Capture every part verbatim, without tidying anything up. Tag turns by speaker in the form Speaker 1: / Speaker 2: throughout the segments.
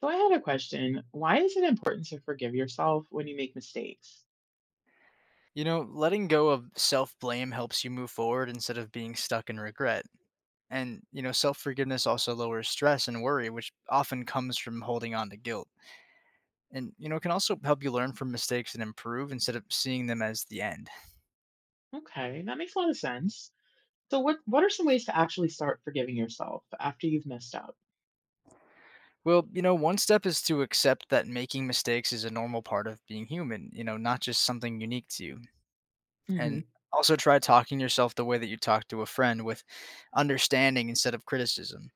Speaker 1: So I had a question. Why is it important to forgive yourself when you make mistakes?
Speaker 2: You know, letting go of self blame helps you move forward instead of being stuck in regret. And, you know, self forgiveness also lowers stress and worry, which often comes from holding on to guilt. And, you know, it can also help you learn from mistakes and improve instead of seeing them as the end.
Speaker 1: Okay, that makes a lot of sense. So what what are some ways to actually start forgiving yourself after you've messed up?
Speaker 2: Well, you know, one step is to accept that making mistakes is a normal part of being human, you know, not just something unique to you. And
Speaker 1: Hmm.
Speaker 2: also try talking to yourself the way that you talk to a friend with understanding instead of criticism.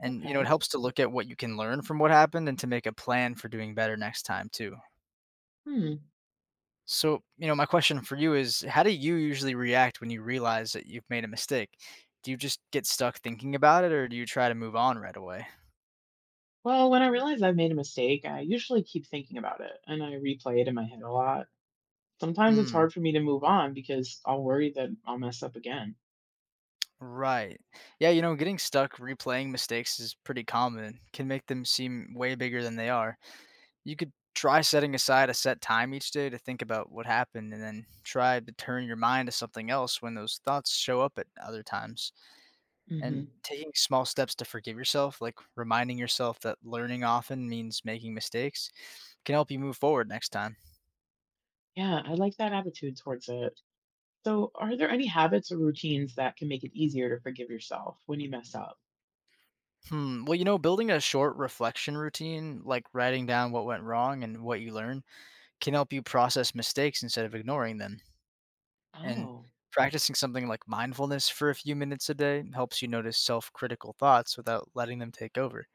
Speaker 2: And, you know, it
Speaker 1: Okay.
Speaker 2: helps to look at what you can learn from what happened and to make a plan for doing better next time too.
Speaker 1: Hmm.
Speaker 2: So, you know, my question for you is how do you usually react when you realize that you've made a mistake? Do you just get stuck thinking about it or do you try to move on right away?
Speaker 1: Well, when I realize I've made a mistake, I usually keep thinking about it and I replay it in my head a lot. Sometimes it's
Speaker 2: Mm,
Speaker 1: hard for me to move on because I'll worry that I'll mess up again.
Speaker 2: right. Yeah, you know, getting stuck replaying mistakes is pretty common, can make them seem way bigger than they are. You could try setting aside a set time each day to think about what happened and then try to turn your mind to something else when those thoughts show up at other times.
Speaker 1: Hmm.
Speaker 2: And taking small steps to forgive yourself, like reminding yourself that learning often means making mistakes, can help you move forward next time.
Speaker 1: Yeah, I like that attitude towards it. So, are there any habits or routines that can make it easier to forgive yourself when you mess up?
Speaker 2: Hmm. Well, you know, building a short reflection routine, like writing down what went wrong and what you learned, can help you process mistakes instead of ignoring them. And
Speaker 1: Oh.
Speaker 2: practicing something like mindfulness for a few minutes a day helps you notice self critical thoughts without letting them take over.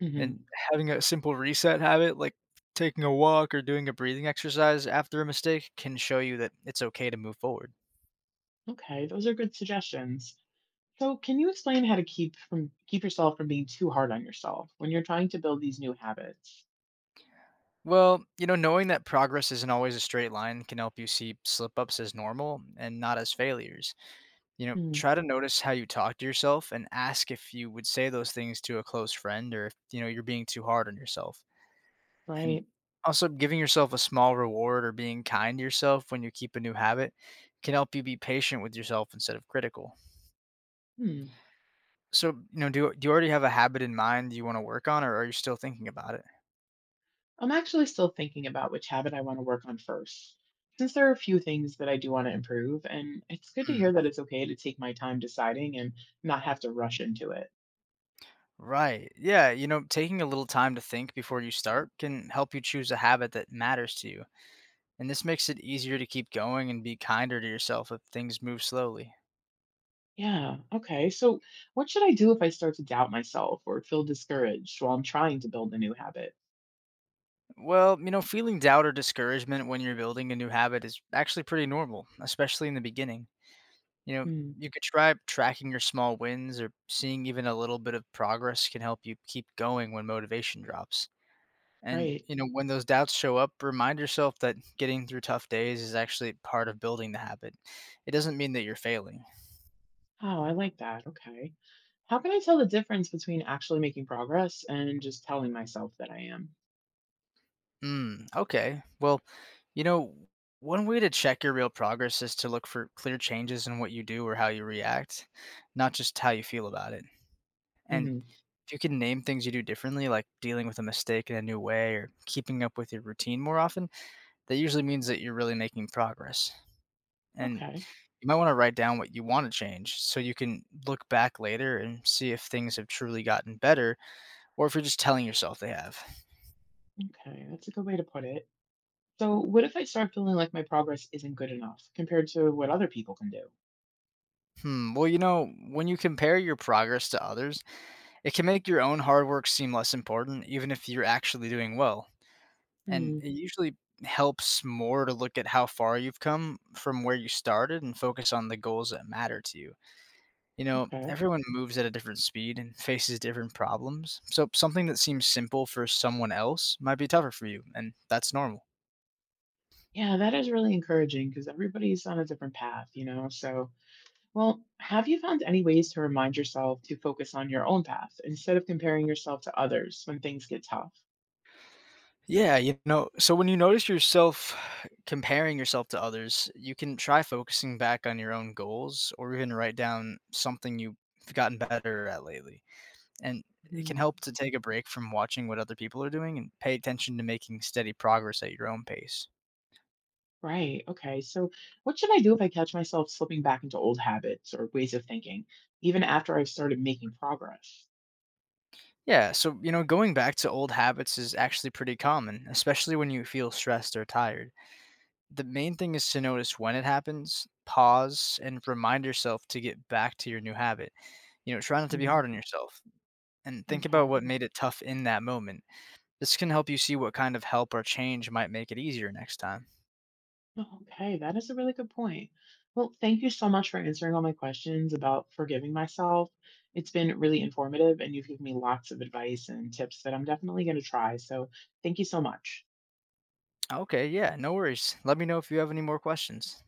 Speaker 1: Hmm.
Speaker 2: And having a simple reset habit, like taking a walk or doing a breathing exercise after a mistake, can show you that it's okay to move forward.
Speaker 1: Okay, those are good suggestions. So, can you explain how to keep from keep yourself from being too hard on yourself when you're trying to build these new habits?
Speaker 2: Well, you know, knowing that progress isn't always a straight line can help you see slip ups as normal and not as failures. You know,
Speaker 1: Hmm,
Speaker 2: try to notice how you talk to yourself and ask if you would say those things to a close friend or if, you know, you're being too hard on yourself. And
Speaker 1: right.
Speaker 2: also, giving yourself a small reward or being kind to yourself when you keep a new habit can help you be patient with yourself instead of critical.
Speaker 1: Hmm.
Speaker 2: So, you know, do do you already have a habit in mind you wanna work on, or are you still thinking about it?
Speaker 1: I'm actually still thinking about which habit I want to work on first, since there are a few things that I do want to improve, and it's good to
Speaker 2: Mm,
Speaker 1: hear that it's okay to take my time deciding and not have to rush into it.
Speaker 2: right. Yeah, you know, taking a little time to think before you start can help you choose a habit that matters to you. And this makes it easier to keep going and be kinder to yourself if things move slowly.
Speaker 1: Yeah. Okay. So, what should I do if I start to doubt myself or feel discouraged while I'm trying to build a new habit?
Speaker 2: Well, you know, feeling doubt or discouragement when you're building a new habit is actually pretty normal, especially in the beginning. You know,
Speaker 1: Hmm,
Speaker 2: you could try tracking your small wins or seeing even a little bit of progress can help you keep going when motivation drops. And,
Speaker 1: right.
Speaker 2: you know, when those doubts show up, remind yourself that getting through tough days is actually part of building the habit. It doesn't mean that you're failing.
Speaker 1: Oh, I like that. Okay. How can I tell the difference between actually making progress and just telling myself that I am?
Speaker 2: Mm, okay. Well, you know, one way to check your real progress is to look for clear changes in what you do or how you react, not just how you feel about it. And
Speaker 1: Hmm.
Speaker 2: if you can name things you do differently, like dealing with a mistake in a new way or keeping up with your routine more often, that usually means that you're really making progress. And
Speaker 1: Okay.
Speaker 2: you might wanna write down what you wanna change so you can look back later and see if things have truly gotten better or if you're just telling yourself they have.
Speaker 1: Okay. That's a good way to put it. So, what if I start feeling like my progress isn't good enough compared to what other people can do?
Speaker 2: Hmm, well, you know, when you compare your progress to others, it can make your own hard work seem less important, even if you're actually doing well. And
Speaker 1: Hmm.
Speaker 2: it usually helps more to look at how far you've come from where you started and focus on the goals that matter to you. You know,
Speaker 1: Okay.
Speaker 2: everyone moves at a different speed and faces different problems. So something that seems simple for someone else might be tougher for you, and that's normal.
Speaker 1: Yeah, that is really encouraging because everybody's on a different path, you know? So, well, have you found any ways to remind yourself to focus on your own path instead of comparing yourself to others when things get tough?
Speaker 2: Yeah, you know, so when you notice yourself comparing yourself to others, you can try focusing back on your own goals or even write down something you've gotten better at lately. And it can
Speaker 1: Mhm.
Speaker 2: help to take a break from watching what other people are doing and pay attention to making steady progress at your own pace.
Speaker 1: Right. Okay. So, what should I do if I catch myself slipping back into old habits or ways of thinking, even after I've started making progress?
Speaker 2: Yeah, so you know, going back to old habits is actually pretty common, especially when you feel stressed or tired. The main thing is to notice when it happens, pause, and remind yourself to get back to your new habit. You know, try not to be
Speaker 1: Mhm.
Speaker 2: hard on yourself and think about
Speaker 1: Okay.
Speaker 2: what made it tough in that moment. This can help you see what kind of help or change might make it easier next time.
Speaker 1: Okay, that is a really good point. Well, thank you so much for answering all my questions about forgiving myself. It's been really informative, and you've given me lots of advice and tips that I'm definitely going to try. So, thank you so much.
Speaker 2: Okay, yeah, no worries. Let me know if you have any more questions.